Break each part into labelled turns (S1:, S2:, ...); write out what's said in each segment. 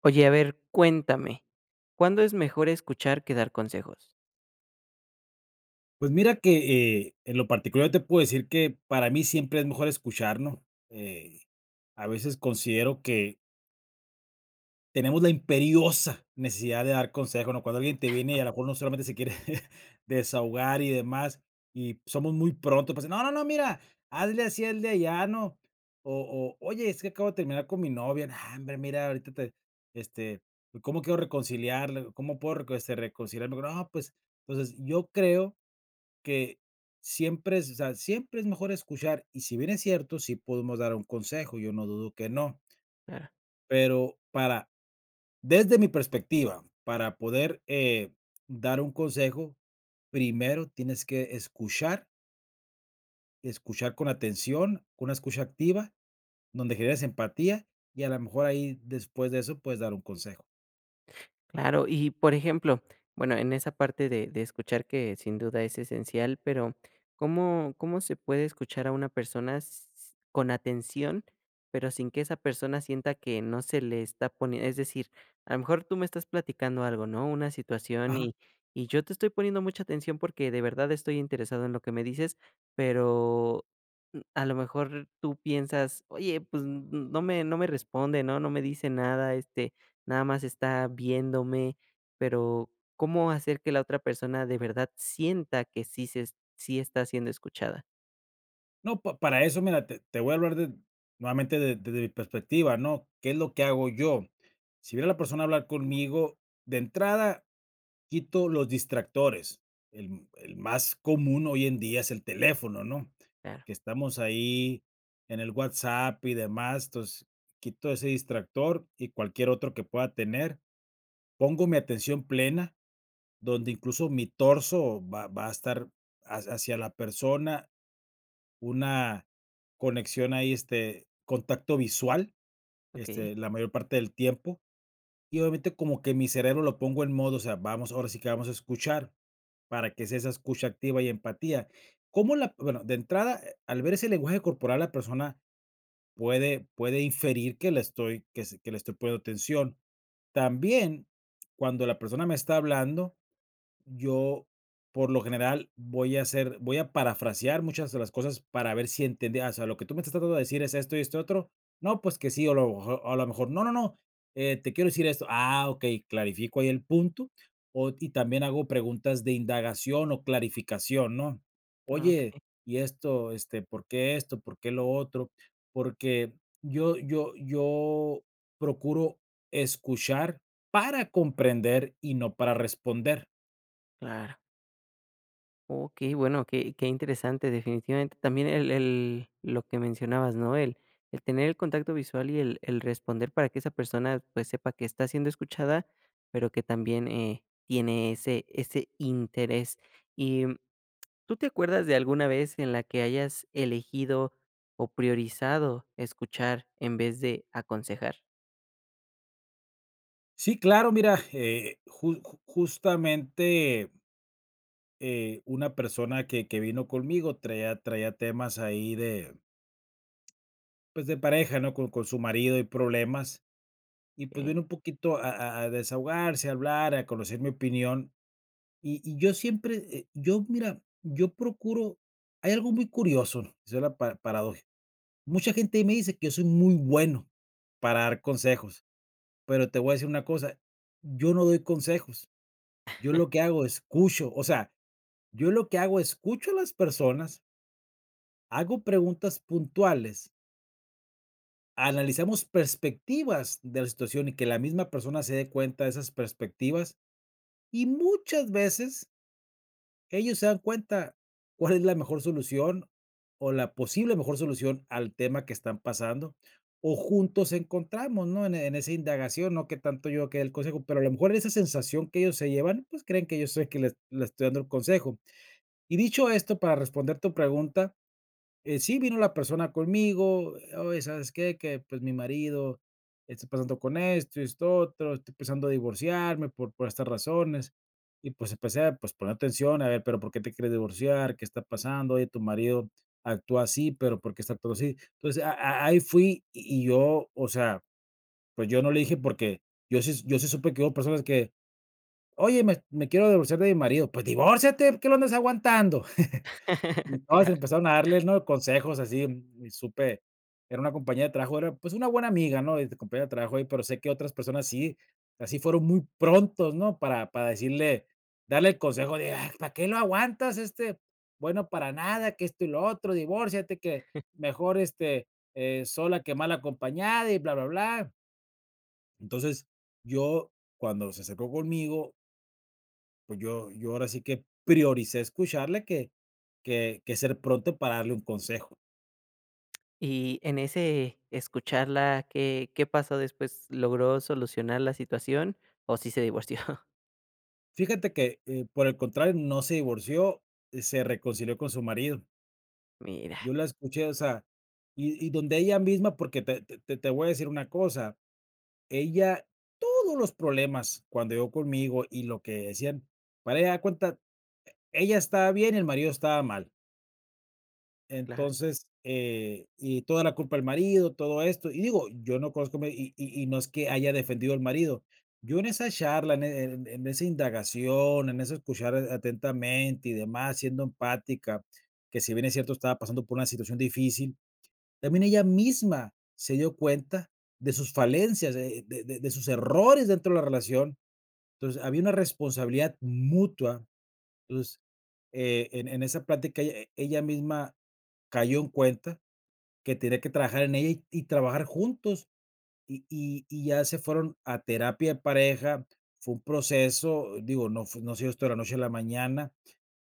S1: Oye, a ver, cuéntame, ¿cuándo es mejor escuchar que dar consejos?
S2: Pues mira que, en lo particular te puedo decir que para mí siempre es mejor escucharnos. Eh, a veces considero que tenemos la imperiosa necesidad de dar consejos, ¿no? Cuando alguien te viene y a lo mejor no solamente se quiere desahogar y demás, y somos muy pronto para decir: "No, no, no, mira, hazle así, el de allá, ¿no? O, oye, es que acabo de terminar con mi novia". "No, hombre, mira, ahorita te, este, ¿cómo quiero reconciliarle? ¿Cómo puedo reconciliarme?". No, pues, entonces yo creo que siempre es, o sea, siempre es mejor escuchar, y si bien es cierto, sí podemos dar un consejo, yo no dudo que no,
S1: Claro.
S2: pero para, desde mi perspectiva, para poder dar un consejo, primero tienes que escuchar, escuchar con atención, con una escucha activa, donde generes empatía, y a lo mejor ahí, después de eso, puedes dar un consejo.
S1: Claro, y por ejemplo, bueno, en esa parte de escuchar que sin duda es esencial, pero ¿cómo se puede escuchar a una persona con atención, pero sin que esa persona sienta que no se le está poniendo? Es decir, a lo mejor tú me estás platicando algo, ¿no? Una situación
S2: Ajá.
S1: y yo te estoy poniendo mucha atención porque de verdad estoy interesado en lo que me dices, pero a lo mejor tú piensas, oye, pues no me responde, ¿no? No me dice nada, este, nada más está viéndome, pero ¿cómo hacer que la otra persona de verdad sienta que sí se es sí está siendo escuchada?
S2: No, pa para eso, mira, te voy a hablar de nuevamente, de desde mi perspectiva, ¿no? ¿Qué es lo que hago yo? Si viene la persona a hablar conmigo, de entrada quito los distractores. El más común hoy en día es el teléfono, ¿no?
S1: Claro,
S2: Que estamos ahí en el WhatsApp y demás, entonces quito ese distractor y cualquier otro que pueda tener. Pongo mi atención plena, donde incluso mi torso va a estar ha hacia la persona, una conexión ahí, contacto visual,
S1: okey,
S2: la mayor parte del tiempo, y obviamente como que mi cerebro lo pongo en modo, o sea, vamos, ahora sí que vamos a escuchar, para que sea esa escucha activa y empatía. ¿Cómo la bueno, de entrada, al ver ese lenguaje corporal, la persona puede inferir que le estoy que s que le estoy poniendo atención. También, cuando la persona me está hablando, yo, por lo general, voy a parafrasear muchas de las cosas para ver si entendí. Ah, o sea, lo que tú me estás tratando de decir es esto y esto otro. No, pues que sí, o lo mejor a lo mejor no, no, no, te quiero decir esto. Ah, okey, clarifico ahí el punto, o y también hago preguntas de indagación o clarificación, ¿no? Oye,
S1: okey,
S2: y esto, ¿por qué esto? ¿Por qué lo otro? Porque yo procuro escuchar para comprender y no para responder.
S1: claro. Okey, bueno, qué interesante, definitivamente. También el lo que mencionabas, ¿no? El tener el contacto visual y el responder para que esa persona, pues, sepa que está siendo escuchada, pero que también, tiene ese interés. Y ¿tú te acuerdas de alguna vez en la que hayas elegido o priorizado escuchar en vez de aconsejar?
S2: Sí, claro, mira, justamente una persona que vino conmigo traía temas ahí de, pues, de pareja, ¿no? Con su marido y problemas. Y pues
S1: Okey.
S2: vino un poquito a, a desahogarse, a hablar, a conocer mi opinión. Y yo siempre, mira, yo procuro, hay algo muy curioso, ¿no? Es la paradoja. Mucha gente me dice que yo soy muy bueno para dar consejos, pero te voy a decir una cosa, yo no doy consejos. Yo lo que hago, escucho, o sea, yo lo que hago, escucho a las personas, hago preguntas puntuales, analizamos perspectivas de la situación y que la misma persona se dé cuenta de esas perspectivas, y muchas veces ellos se dan cuenta cuál es la mejor solución o la posible mejor solución al tema que están pasando, o juntos encontramos, ¿no? En esa indagación, no que tanto yo que el consejo, pero a lo mejor esa sensación que ellos se llevan, pues creen que yo soy el que les estoy dando el consejo. Y dicho esto, para responder tu pregunta, sí vino la persona conmigo, oye, ¿sabes qué? Que pues mi marido está pasando con esto y esto otro, estoy pensando a divorciarme por estas razones. Y pues empecé a, pues, poner atención. A ver, pero ¿por qué te quieres divorciar? ¿Qué está pasando? Oye, tu marido actúa así, pero ¿por qué está todo así? Entonces ahí fui, y yo, o sea, pues yo no le dije porque yo sí supe que hubo personas que, oye, me quiero divorciar de mi marido, pues divórciate, ¿qué lo andas aguantando? Y todas
S1: Claro.
S2: empezaron a darle, ¿no?, consejos así, y supe, era una compañía de trabajo, era, pues, una buena amiga, ¿no?, y de compañía de trabajo ahí, pero sé que otras personas sí, así fueron muy prontos, ¿no?, para decirle, darle el consejo de: ¿para qué lo aguantas? Bueno, para nada, que esto y lo otro, divórciate, que mejor, sola que mal acompañada, y bla, bla, bla. Entonces, yo, cuando se acercó conmigo, pues yo ahora sí que prioricé escucharle que ser pronto para darle un consejo.
S1: Y en ese escucharla, ¿qué pasó después? ¿Logró solucionar la situación o sí se divorció?
S2: Fíjate que, por el contrario, no se divorció, se reconcilió con su marido.
S1: Mira.
S2: Yo la escuché, o sea, y donde ella misma, porque te voy a decir una cosa, ella, todos los problemas cuando llegó conmigo y lo que decían, para ella, haz cuenta, ella estaba bien y el marido estaba mal.
S1: Claro,
S2: Entonces, y toda la culpa del marido, todo esto. Y digo, yo no conozco, me y no es que haya defendido al marido. Yo en esa charla, en esa indagación, en eso, escuchar atentamente y demás, siendo empática, que si bien es cierto estaba pasando por una situación difícil, también ella misma se dio cuenta de sus falencias, de sus errores dentro de la relación. Entonces, había una responsabilidad mutua. Entonces, en esa plática ella misma cayó en cuenta que tenía que trabajar en ella y trabajar juntos, y ya se fueron a terapia de pareja. Fue un proceso, digo, no se dio esto de la noche a la mañana,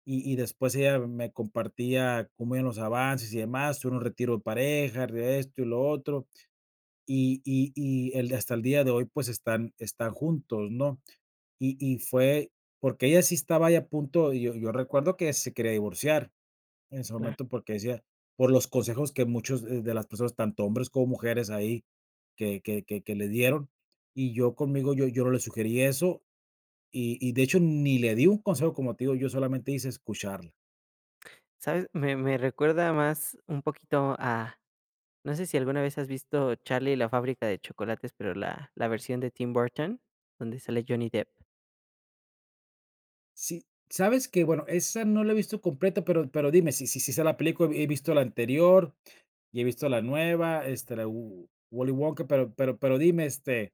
S2: y después ella me compartía cómo iban los avances y demás, tuvo un retiro de pareja, de esto y lo otro, y el hasta el día de hoy, pues, están juntos, ¿no? Y fue porque ella sí estaba ya a punto, y yo recuerdo que se quería divorciar en ese
S1: claro.
S2: momento, porque decía, por los consejos que muchos, de las personas, tanto hombres como mujeres ahí, que le dieron. Y yo conmigo, yo no le sugerí eso, y de hecho ni le di un consejo, como te digo, yo solamente hice escucharla.
S1: ¿Sabes? Me recuerda más un poquito a no sé si alguna vez has visto Charlie y la fábrica de chocolates, pero la versión de Tim Burton, donde sale Johnny Depp.
S2: Sí, ¿sabes que bueno, esa no la he visto completa, pero dime, si sé la película, he visto la anterior, y he visto la nueva, la Wo Willy Wonka, pero pero dime,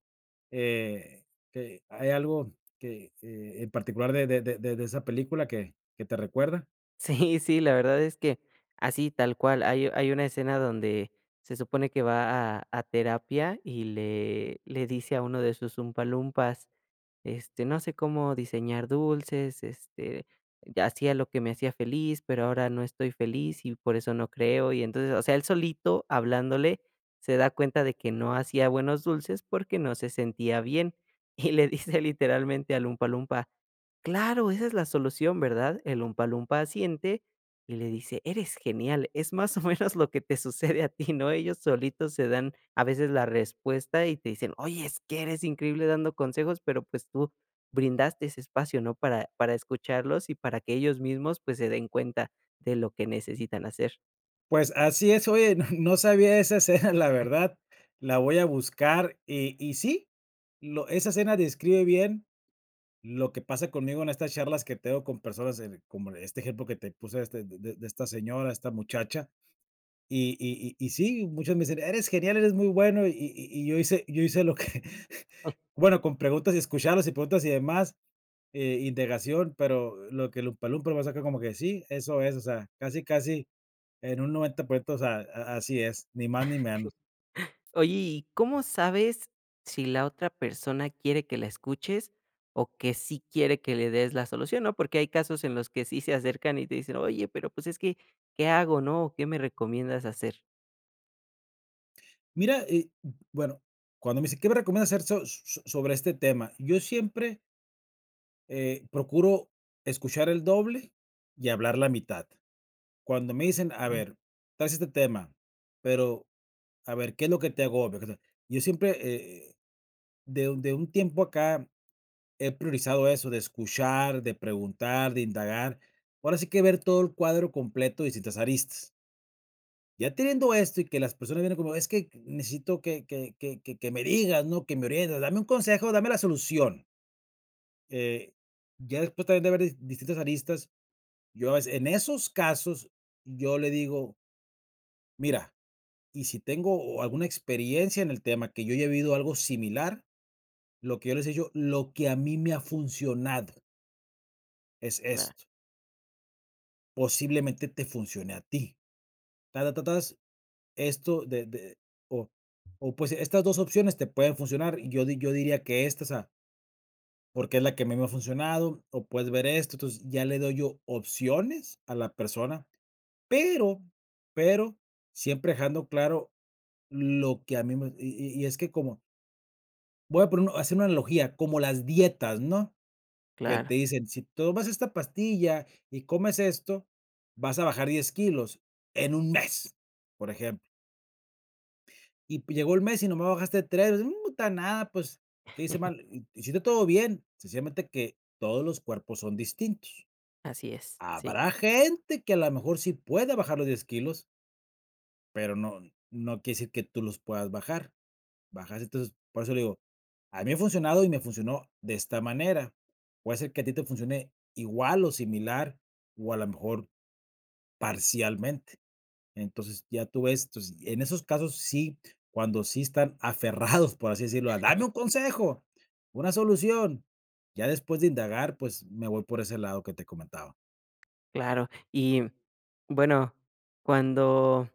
S2: eh, ¿hay algo que, en particular de esa película que te recuerda?
S1: Sí, sí, la verdad es que así, tal cual. Hay una escena donde se supone que va a terapia y le dice a uno de sus Oompa, este, no sé cómo diseñar dulces, este, ya hacía lo que me hacía feliz, pero ahora no estoy feliz y por eso no creo. Y entonces, o sea, él solito hablándole se da cuenta de que no hacía buenos dulces porque no se sentía bien. Y le dice literalmente al Umpa Lumpa, claro, esa es la solución, ¿verdad? El Umpa Lumpa asiente y le dice: "Eres genial". Es más o menos lo que te sucede a ti, ¿no? Ellos solitos se dan a veces la respuesta y te dicen: "Oye, es que eres increíble dando consejos", pero, pues, tú brindaste ese espacio, ¿no? Para escucharlos y para que ellos mismos, pues, se den cuenta de lo que necesitan hacer.
S2: Pues así es, oye, no sabía esa escena, la verdad, la voy a buscar, y sí, lo esa escena describe bien lo que pasa conmigo en estas charlas que tengo con personas, como este ejemplo que te puse, de esta señora, esta muchacha. Y sí, muchos me dicen: "Eres genial, eres muy bueno", y yo hice lo que bueno, con preguntas y escucharlos y preguntas y demás, indagación, pero lo que el Oompa me saca, como que sí, eso es, o sea, casi, casi en un 90%, o sea, a así es, ni más ni menos.
S1: Oye, ¿y cómo sabes si la otra persona quiere que la escuches o que sí quiere que le des la solución, no? Porque hay casos en los que sí se acercan y te dicen: "Oye, pero, pues, es que, ¿qué hago, no? ¿qué me recomiendas hacer?".
S2: Mira, y bueno, cuando me dice: "¿Qué me recomiendas hacer sobre este tema?". Yo siempre, procuro escuchar el doble y hablar la mitad. Cuando me dicen: "A ver, traes este tema, pero a ver, ¿qué es lo que te agobia? ¿Qué te...". Yo siempre, eh, de un, de un tiempo acá, he priorizado eso, de escuchar, de preguntar, de indagar. Ahora sí que ver todo el cuadro completo, y distintas aristas. Ya teniendo esto y que las personas vienen como, es que necesito que me digas, ¿no? Que me orientes, dame un consejo, dame la solución. Eh, ya después también de ver distintas aristas, yo a veces en esos casos, yo le digo: "Mira, y si tengo alguna experiencia en el tema, que yo ya he vivido algo similar, lo que yo les he dicho, lo que a mí me ha funcionado es esto. Posiblemente te funcione a ti. Ta, ta, ta, tas, esto de, o, o, pues, estas dos opciones te pueden funcionar. Y yo, yo diría que esta, o sea, porque es la que a mí me ha funcionado, o puedes ver esto". Entonces, ya le doy yo opciones a la persona, pero, pero siempre dejando claro lo que a mí me... Y es que, como, voy a poner, hacer una analogía, como las dietas, ¿no? Que te
S1: Claro,
S2: dicen, si tomas esta pastilla y comes esto, vas a bajar 10 kilos en un mes, por ejemplo. Y llegó el mes y nomás bajaste 3. No puta nada, pues, ¿qué hice mal? Hiciste todo bien, sencillamente que todos los cuerpos son distintos.
S1: así es, sí,
S2: Habrá gente que a lo mejor sí pueda bajar los 10 kilos, pero no, no quiere decir que tú los puedas bajar. Bajarse. Entonces, por eso le digo, a mí me ha funcionado y me funcionó de esta manera. Puede ser que a ti te funcione igual o similar, o a lo mejor parcialmente. Entonces, ya tú ves. Entonces, en esos casos sí, cuando sí están aferrados, por así decirlo, a dame un consejo, una solución, ya después de indagar, pues me voy por ese lado que te comentaba.
S1: claro. Y bueno, cuando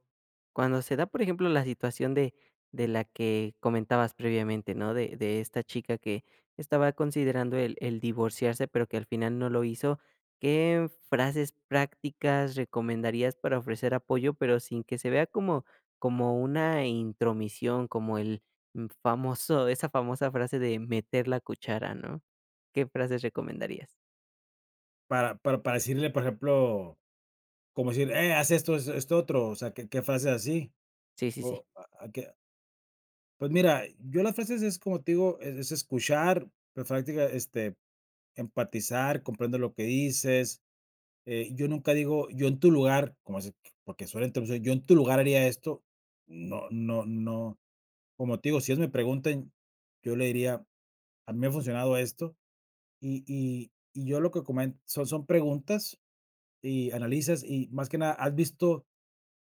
S1: cuando se da, por ejemplo, la situación de la que comentabas previamente, ¿no? De esta chica que estaba considerando el divorciarse, pero que al final no lo hizo, ¿qué frases prácticas recomendarías para ofrecer apoyo, pero sin que se vea como una intromisión, como el mm, famoso esa famosa frase de meter la cuchara, ¿no? ¿Qué frases recomendarías?
S2: Para decirle, por ejemplo, como decir, haz esto, esto otro, o sea, qué, qué frases así,
S1: Sí, sí, sí,
S2: o... Pues mira, yo las frases, es como te digo, es escuchar, pues, práctica, empatizar, comprender lo que dices. Yo nunca digo: "Yo en tu lugar", como se... porque suena introducir, "yo en tu lugar haría esto". No, no, no, como te digo, si ellos me preguntan, yo le diría: "A mí me ha funcionado esto", y yo lo que comento son, son preguntas y analizas, y más que nada, ¿has visto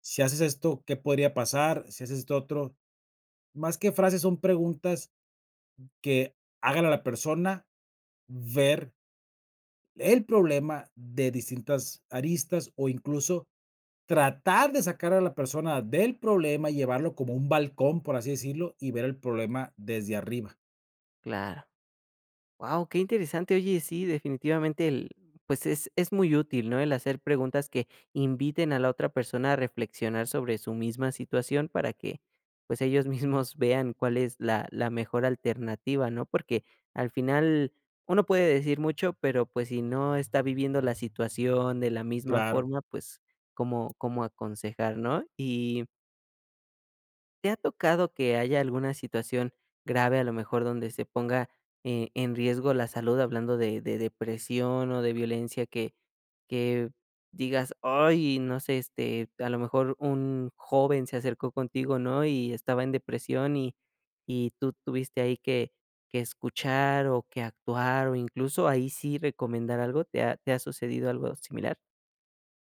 S2: si haces esto, qué podría pasar? Si haces esto otro... Más que frases, son preguntas que hagan a la persona ver el problema de distintas aristas, o incluso tratar de sacar a la persona del problema, y llevarlo como un balcón, por así decirlo, y ver el problema desde arriba.
S1: claro. Wow, qué interesante. Oye, sí, definitivamente el pues es muy útil, ¿no? El hacer preguntas que inviten a la otra persona a reflexionar sobre su misma situación para que, pues, ellos mismos vean cuál es la mejor alternativa, ¿no? Porque al final uno puede decir mucho, pero, pues, si no está viviendo la situación de la misma
S2: Claro.
S1: forma, pues, cómo aconsejar, no? Y ¿te ha tocado que haya alguna situación grave, a lo mejor, donde se ponga, en riesgo la salud, hablando de depresión o de violencia, que digas: "Ay, no sé, este, a lo mejor un joven se acercó contigo", ¿no? Y estaba en depresión y tú tuviste ahí que escuchar o que actuar o incluso ahí sí recomendar algo, ¿te ha sucedido algo similar?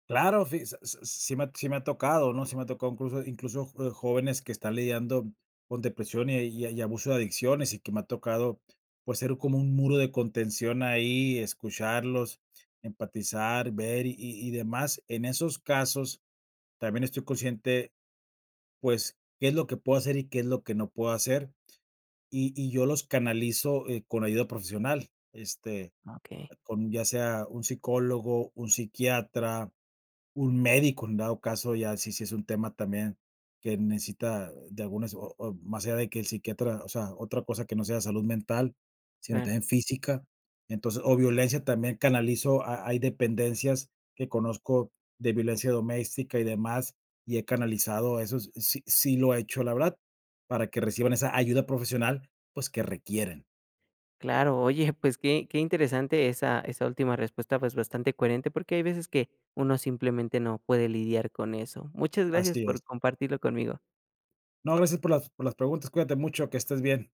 S2: Claro, sí, s s sí me ha tocado, ¿no? Sí me ha tocado, incluso, jóvenes que están lidiando con depresión y abuso de adicciones, y que me ha tocado, pues, ser como un muro de contención ahí, escucharlos, empatizar, ver y demás. En esos casos, también estoy consciente, pues, qué es lo que puedo hacer y qué es lo que no puedo hacer, y yo los canalizo, con ayuda profesional,
S1: Okey.
S2: con, ya sea, un psicólogo, un psiquiatra, un médico, en dado caso, ya si es un tema también que necesita de algunas, o más allá de que el psiquiatra, o sea, otra cosa que no sea salud mental, sino también física. Entonces, o violencia también canalizo, ha hay dependencias que conozco de violencia doméstica y demás, y he canalizado esos, sí lo he hecho, la verdad, para que reciban esa ayuda profesional, pues, que requieren.
S1: Claro, oye, pues qué interesante esa última respuesta, pues bastante coherente, porque hay veces que uno simplemente no puede lidiar con eso. Muchas gracias
S2: Así es.
S1: por compartirlo conmigo.
S2: No, gracias por las preguntas, cuídate mucho, que estés bien.